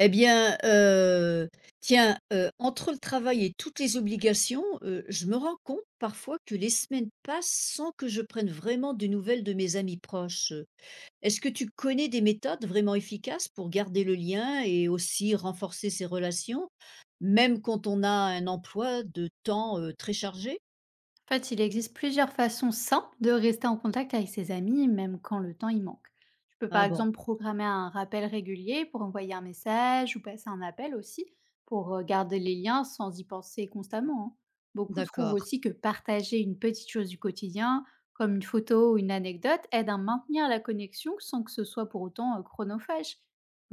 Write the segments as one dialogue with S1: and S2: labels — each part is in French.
S1: Eh bien, tiens, entre le travail et toutes les obligations, je me rends compte parfois que les semaines passent sans que je prenne vraiment de nouvelles de mes amis proches. Est-ce que tu connais des méthodes vraiment efficaces pour garder le lien et aussi renforcer ses relations, même quand on a un emploi de temps, très chargé?
S2: En fait, il existe plusieurs façons simples de rester en contact avec ses amis, même quand le temps y manque. Tu peux par
S1: Ah bon,
S2: exemple programmer un rappel régulier pour envoyer un message ou passer un appel aussi pour garder les liens sans y penser constamment, hein. Beaucoup trouvent
S1: d'accord.
S2: aussi que partager une petite chose du quotidien, comme une photo ou une anecdote, aide à maintenir la connexion sans que ce soit pour autant chronophage.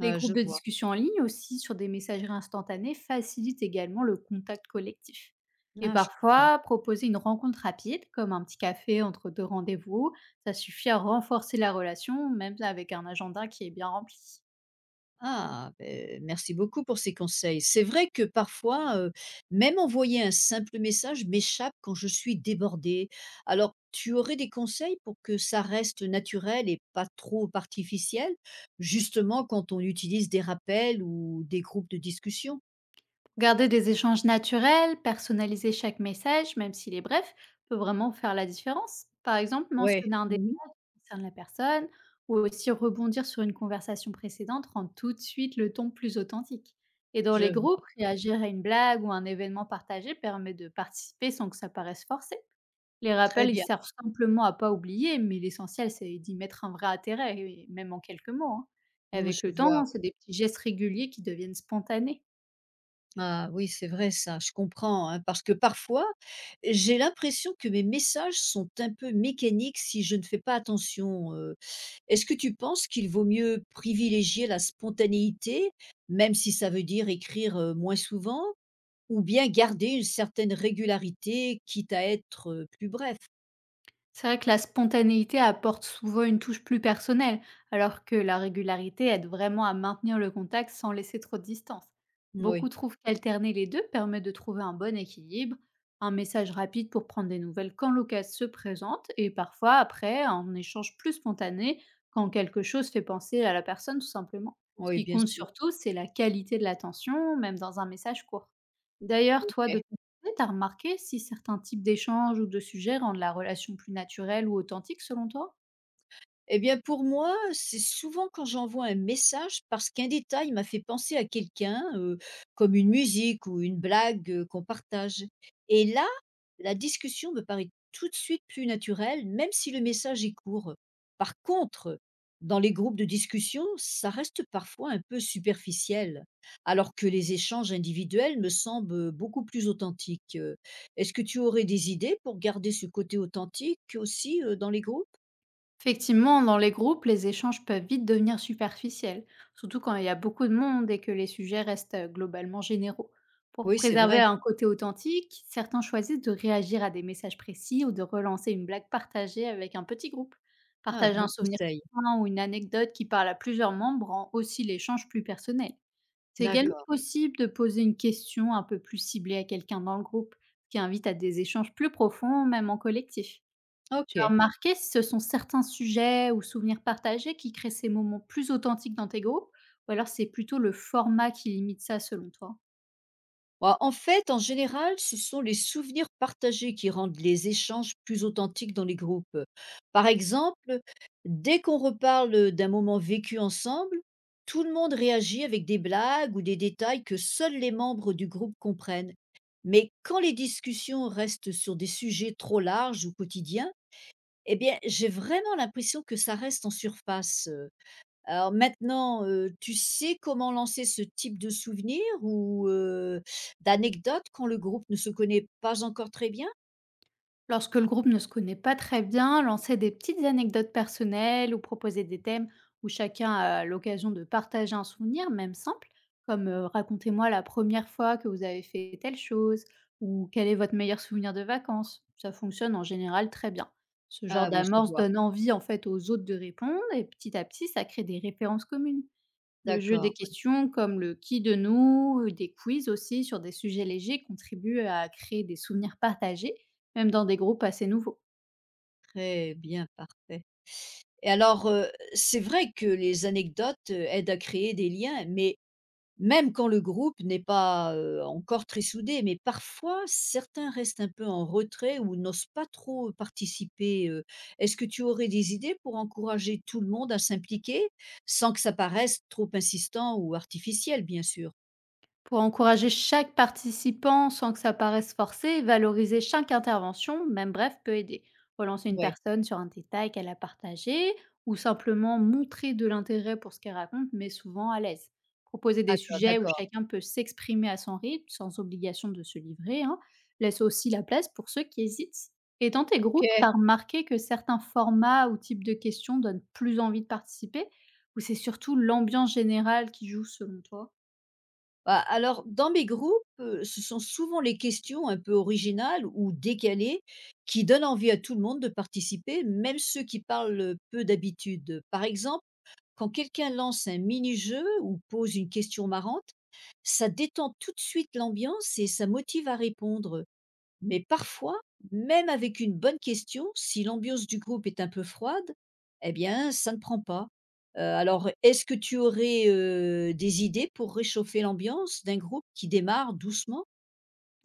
S2: Les groupes
S1: je
S2: de
S1: vois.
S2: discussion en ligne aussi sur des messageries instantanées facilitent également le contact collectif. Et
S1: Ah, je comprends.
S2: parfois, proposer une rencontre rapide, comme un petit café entre deux rendez-vous, ça suffit à renforcer la relation, même avec un agenda qui est bien rempli.
S1: Ah, beh, merci beaucoup pour ces conseils. C'est vrai que parfois, même envoyer un simple message m'échappe quand je suis débordée. Alors, tu aurais des conseils pour que ça reste naturel et pas trop artificiel, justement quand on utilise des rappels ou des groupes de discussion?
S2: Garder des échanges naturels, personnaliser chaque message, même s'il est bref, peut vraiment faire la différence. Par exemple,
S1: Ouais.
S2: mentionner un détail
S1: Mmh.
S2: qui concerne la personne, ou aussi rebondir sur une conversation précédente rend tout de suite le ton plus authentique. Et dans
S1: Je
S2: les
S1: vois
S2: groupes, réagir à une blague ou un événement partagé permet de participer sans que ça paraisse forcé. Les
S1: très
S2: rappels, ils
S1: bien.
S2: servent simplement à pas oublier, mais l'essentiel, c'est d'y mettre un vrai intérêt, et même en quelques mots, hein. Et
S1: Mmh,
S2: avec
S1: je
S2: le
S1: vois,
S2: temps,
S1: oui.
S2: c'est des petits gestes réguliers qui deviennent spontanés.
S1: Ah oui, c'est vrai ça, je comprends, hein, parce que parfois, j'ai l'impression que mes messages sont un peu mécaniques si je ne fais pas attention. Est-ce que tu penses qu'il vaut mieux privilégier la spontanéité, même si ça veut dire écrire, moins souvent? Ou bien garder une certaine régularité, quitte à être, plus bref?
S2: C'est vrai que la spontanéité apporte souvent une touche plus personnelle, alors que la régularité aide vraiment à maintenir le contact sans laisser trop de distance. Beaucoup
S1: Oui,
S2: trouvent qu'alterner les deux permet de trouver un bon équilibre, un message rapide pour prendre des nouvelles quand l'occasion se présente, et parfois après un échange plus spontané quand quelque chose fait penser à la personne tout simplement. Ce
S1: oui,
S2: qui
S1: bien
S2: compte
S1: sûr,
S2: surtout, c'est la qualité de l'attention, même dans un message court. D'ailleurs, toi, de
S1: OK.
S2: oui, tu remarqué si certains types d'échanges ou de sujets rendent la relation plus naturelle ou authentique selon toi?
S1: Eh bien, pour moi, c'est souvent quand j'envoie un message parce qu'un détail m'a fait penser à quelqu'un, comme une musique ou une blague, qu'on partage. Et là, la discussion me paraît tout de suite plus naturelle, même si le message est court. Par contre, dans les groupes de discussion, ça reste parfois un peu superficiel, alors que les échanges individuels me semblent, beaucoup plus authentiques. Est-ce que tu aurais des idées pour garder ce côté authentique aussi, dans les groupes?
S2: Effectivement, dans les groupes, les échanges peuvent vite devenir superficiels, surtout quand il y a beaucoup de monde et que les sujets restent globalement généraux. Pour
S1: Oui, c'est
S2: préserver
S1: vrai.
S2: un côté authentique, certains choisissent de réagir à des messages précis ou de relancer une blague partagée avec un petit groupe.
S1: Ah,
S2: Partager un
S1: bon
S2: souvenir
S1: conseil,
S2: commun ou une anecdote qui parle à plusieurs membres rend aussi l'échange plus personnel. C'est également
S1: d'accord,
S2: possible de poser une question un peu plus ciblée à quelqu'un dans le groupe, ce qui invite à des échanges plus profonds, même en collectif. Tu as
S1: OK.
S2: remarqué si ce sont certains sujets ou souvenirs partagés qui créent ces moments plus authentiques dans tes groupes, ou alors c'est plutôt le format qui limite ça selon toi?
S1: Bah, en fait, en général, ce sont les souvenirs partagés qui rendent les échanges plus authentiques dans les groupes. Par exemple, dès qu'on reparle, d'un moment vécu ensemble, tout le monde réagit avec des blagues ou des détails que seuls les membres du groupe comprennent. Mais quand les discussions restent sur des sujets trop larges ou quotidiens, eh bien, j'ai vraiment l'impression que ça reste en surface. Alors maintenant, tu sais comment lancer ce type de souvenir ou d'anecdote quand le groupe ne se connaît pas encore très bien?
S2: Lorsque le groupe ne se connaît pas très bien, lancer des petites anecdotes personnelles ou proposer des thèmes où chacun a l'occasion de partager un souvenir, même simple, comme racontez-moi la première fois que vous avez fait telle chose ou quel est votre meilleur souvenir de vacances. Ça fonctionne en général très bien. Ce genre
S1: Ah oui, je
S2: d'amorce
S1: vois.
S2: donne envie en fait aux autres de répondre et petit à petit ça crée des références communes. Le jeu des
S1: D'accord,
S2: questions comme le qui de nous, des quiz aussi sur des sujets légers contribuent à créer des souvenirs partagés, même dans des groupes assez nouveaux.
S1: très bien, parfait. Et alors, c'est vrai que les anecdotes, aident à créer des liens, mais même quand le groupe n'est pas, encore très soudé, mais parfois certains restent un peu en retrait ou n'osent pas trop participer. Est-ce que tu aurais des idées pour encourager tout le monde à s'impliquer, sans que ça paraisse trop insistant ou artificiel, bien sûr?
S2: Pour encourager chaque participant sans que ça paraisse forcé, valoriser chaque intervention, même bref, peut aider. Relancer une
S1: Ouais,
S2: personne sur un détail qu'elle a partagé ou simplement montrer de l'intérêt pour ce qu'elle raconte, mais souvent à l'aise. Proposer des
S1: d'accord,
S2: sujets où
S1: d'accord,
S2: chacun peut s'exprimer à son rythme, sans obligation de se livrer, hein, laisse aussi la place pour ceux qui hésitent. Et dans tes groupes,
S1: OK.
S2: t'as remarqué que certains formats ou types de questions donnent plus envie de participer, ou c'est surtout l'ambiance générale qui joue selon toi?
S1: Bah, alors dans mes groupes, ce sont souvent les questions un peu originales ou décalées qui donnent envie à tout le monde de participer, même ceux qui parlent, peu d'habitude. Par exemple, quand quelqu'un lance un mini-jeu ou pose une question marrante, ça détend tout de suite l'ambiance et ça motive à répondre. Mais parfois, même avec une bonne question, si l'ambiance du groupe est un peu froide, eh bien, ça ne prend pas. Alors, est-ce que tu aurais des idées pour réchauffer l'ambiance d'un groupe qui démarre doucement?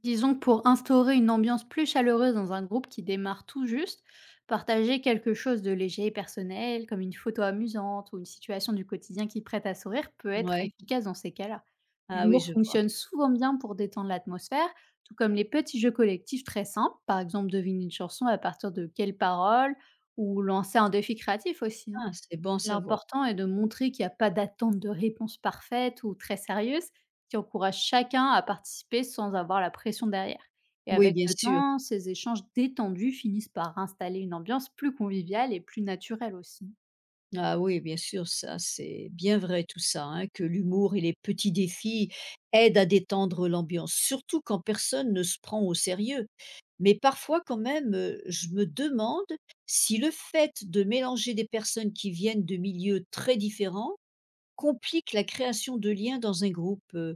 S2: Disons que pour instaurer une ambiance plus chaleureuse dans un groupe qui démarre tout juste, partager quelque chose de léger et personnel, comme une photo amusante ou une situation du quotidien qui prête à sourire, peut être
S1: Ouais.
S2: efficace dans ces cas-là.
S1: Ah oui,
S2: L'humour
S1: je vois.
S2: fonctionne souvent bien pour détendre l'atmosphère, tout comme les petits jeux collectifs très simples, par exemple deviner une chanson à partir de quelles paroles ou lancer un défi créatif aussi, hein.
S1: Ah, c'est bon à savoir.
S2: L'important est de montrer qu'il n'y a pas d'attente de réponse parfaite ou très sérieuse, qui encourage chacun à participer sans avoir la pression derrière. Et
S1: Oui,
S2: avec
S1: bien
S2: le
S1: sûr.
S2: temps, ces échanges détendus finissent par installer une ambiance plus conviviale et plus naturelle aussi.
S1: Ah oui, bien sûr, ça c'est bien vrai tout ça, hein, que l'humour et les petits défis aident à détendre l'ambiance, surtout quand personne ne se prend au sérieux. Mais parfois quand même, je me demande si le fait de mélanger des personnes qui viennent de milieux très différents complique la création de liens dans un groupe. Euh,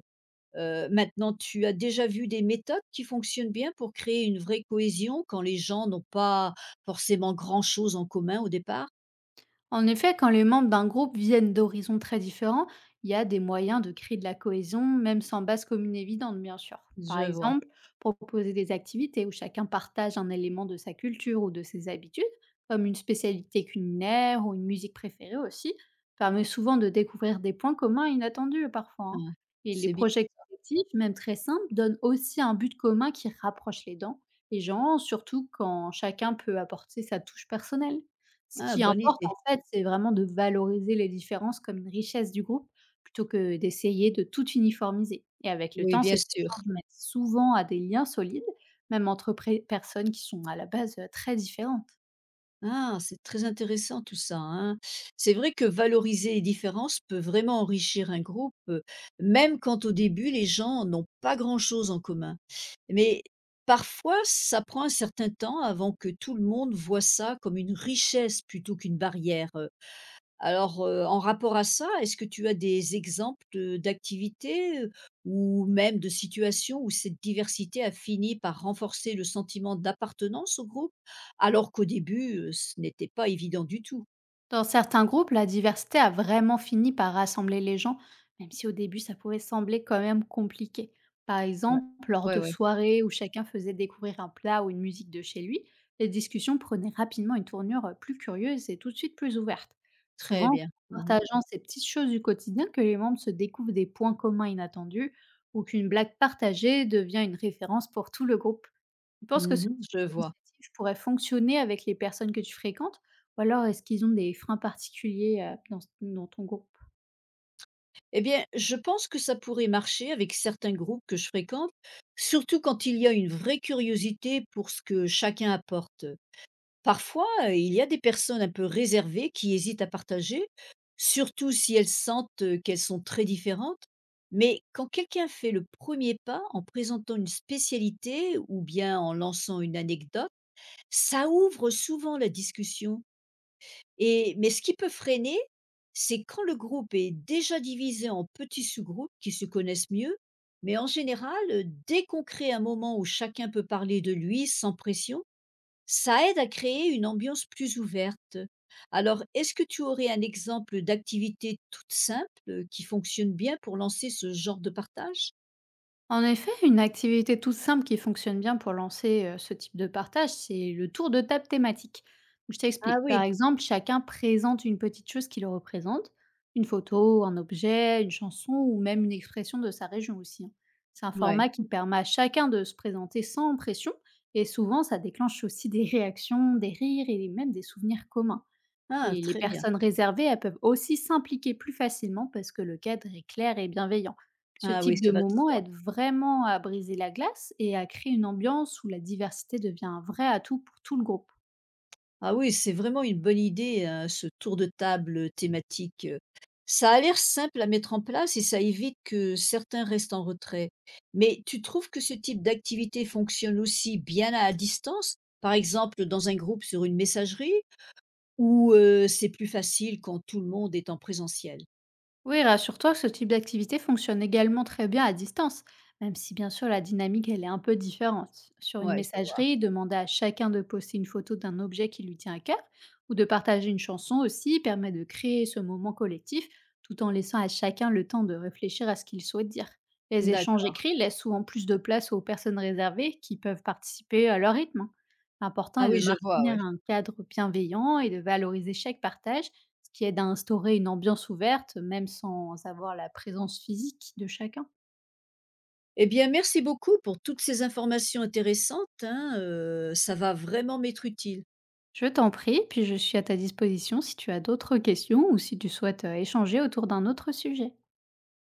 S1: euh, Maintenant, tu as déjà vu des méthodes qui fonctionnent bien pour créer une vraie cohésion quand les gens n'ont pas forcément grand-chose en commun au départ?
S2: En effet, quand les membres d'un groupe viennent d'horizons très différents, il y a des moyens de créer de la cohésion, même sans base commune évidente, bien sûr. Par
S1: Je vois.
S2: exemple, proposer des activités où chacun partage un élément de sa culture ou de ses habitudes, comme une spécialité culinaire ou une musique préférée aussi, permet souvent de découvrir des points communs inattendus parfois,
S1: Ah,
S2: hein. Et les
S1: c'est bien.
S2: projets collectifs, même très simples, donnent aussi un but commun qui rapproche les dents, les gens, surtout quand chacun peut apporter sa touche personnelle. Ce
S1: Ah,
S2: qui
S1: bonne
S2: importe,
S1: idée.
S2: en fait, c'est vraiment de valoriser les différences comme une richesse du groupe, plutôt que d'essayer de tout uniformiser. Et avec le
S1: Oui,
S2: temps,
S1: bien
S2: ces
S1: sûr.
S2: échanges mènent souvent à des liens solides, même entre pré- personnes qui sont à la base très différentes.
S1: Ah, c'est très intéressant tout ça, hein. C'est vrai que valoriser les différences peut vraiment enrichir un groupe, même quand au début les gens n'ont pas grand-chose en commun. Mais parfois, ça prend un certain temps avant que tout le monde voie ça comme une richesse plutôt qu'une barrière. Alors, en rapport à ça, est-ce que tu as des exemples de d'activités, ou même de situations où cette diversité a fini par renforcer le sentiment d'appartenance au groupe, alors qu'au début, ce n'était pas évident du tout?
S2: Dans certains groupes, la diversité a vraiment fini par rassembler les gens, même si au début ça pouvait sembler quand même compliqué. Par
S1: Ouais.
S2: exemple, lors
S1: Ouais,
S2: de
S1: ouais,
S2: soirées où chacun faisait découvrir un plat ou une musique de chez lui, les discussions prenaient rapidement une tournure plus curieuse et tout de suite plus ouverte.
S1: très
S2: Souvent, en
S1: bien. Mmh mh.
S2: partageant ces petites choses du quotidien que les membres se découvrent des points communs inattendus ou qu'une blague partagée devient une référence pour tout le groupe. Tu penses que ce type
S1: Mmh, je vois.
S2: d'initiative pourrait fonctionner avec les personnes que tu fréquentes? Ou alors est-ce qu'ils ont des freins particuliers, dans ton groupe?
S1: Eh bien, je pense que ça pourrait marcher avec certains groupes que je fréquente, surtout quand il y a une vraie curiosité pour ce que chacun apporte. Parfois, il y a des personnes un peu réservées qui hésitent à partager, surtout si elles sentent, qu'elles sont très différentes. Mais quand quelqu'un fait le premier pas en présentant une spécialité ou bien en lançant une anecdote, ça ouvre souvent la discussion et mais ce qui peut freiner, c'est quand le groupe est déjà divisé en petits sous-groupes qui se connaissent mieux. Mais en général, dès qu'on crée un moment où chacun peut parler de lui sans pression, ça aide à créer une ambiance plus ouverte. Alors, est-ce que tu aurais un exemple d'activité toute simple qui fonctionne bien pour lancer ce genre de partage?
S2: En effet, une activité toute simple qui fonctionne bien pour lancer ce type de partage, c'est le tour de table thématique. Donc, je
S1: Ah
S2: t'explique. Par
S1: oui,
S2: exemple, chacun présente une petite chose qui le représente, une photo, un objet, une chanson ou même une expression de sa région aussi, hein. C'est un format
S1: ouais.
S2: qui permet à chacun de se présenter sans pression et souvent ça déclenche aussi des réactions, des rires et même des souvenirs communs.
S1: Ah,
S2: Et les
S1: très bien.
S2: personnes réservées, elles peuvent aussi s'impliquer plus facilement parce que le cadre est clair et bienveillant. Ce
S1: Ah oui,
S2: type de
S1: ça va de
S2: moment
S1: soi.
S2: aide vraiment à briser la glace et à créer une ambiance où la diversité devient un vrai atout pour tout le groupe.
S1: Ah oui, c'est vraiment une bonne idée, hein, ce tour de table thématique. Ça a l'air simple à mettre en place et ça évite que certains restent en retrait. Mais tu trouves que ce type d'activité fonctionne aussi bien à distance, par exemple dans un groupe sur une messagerie? Ou c'est plus facile quand tout le monde est en présentiel?
S2: Oui, rassure-toi, ce type d'activité fonctionne également très bien à distance, même si bien sûr la dynamique elle est un peu différente. Sur une
S1: Ouais, je
S2: messagerie, demander à chacun de poster une photo d'un objet qui lui tient à cœur ou de partager une chanson aussi permet de créer ce moment collectif tout en laissant à chacun le temps de réfléchir à ce qu'il souhaite dire. Les échanges
S1: D'accord.
S2: écrits laissent souvent plus de place aux personnes réservées qui peuvent participer à leur rythme, hein. L'important est
S1: Ah
S2: de
S1: oui, je vois,
S2: maintenir
S1: ouais.
S2: un cadre bienveillant et de valoriser chaque partage ce qui aide à instaurer une ambiance ouverte, même sans avoir la présence physique de chacun.
S1: Eh bien, merci beaucoup pour toutes ces informations intéressantes, hein, ça va vraiment m'être utile.
S2: Je t'en prie, puis je suis à ta disposition si tu as d'autres questions ou si tu souhaites échanger autour d'un autre sujet.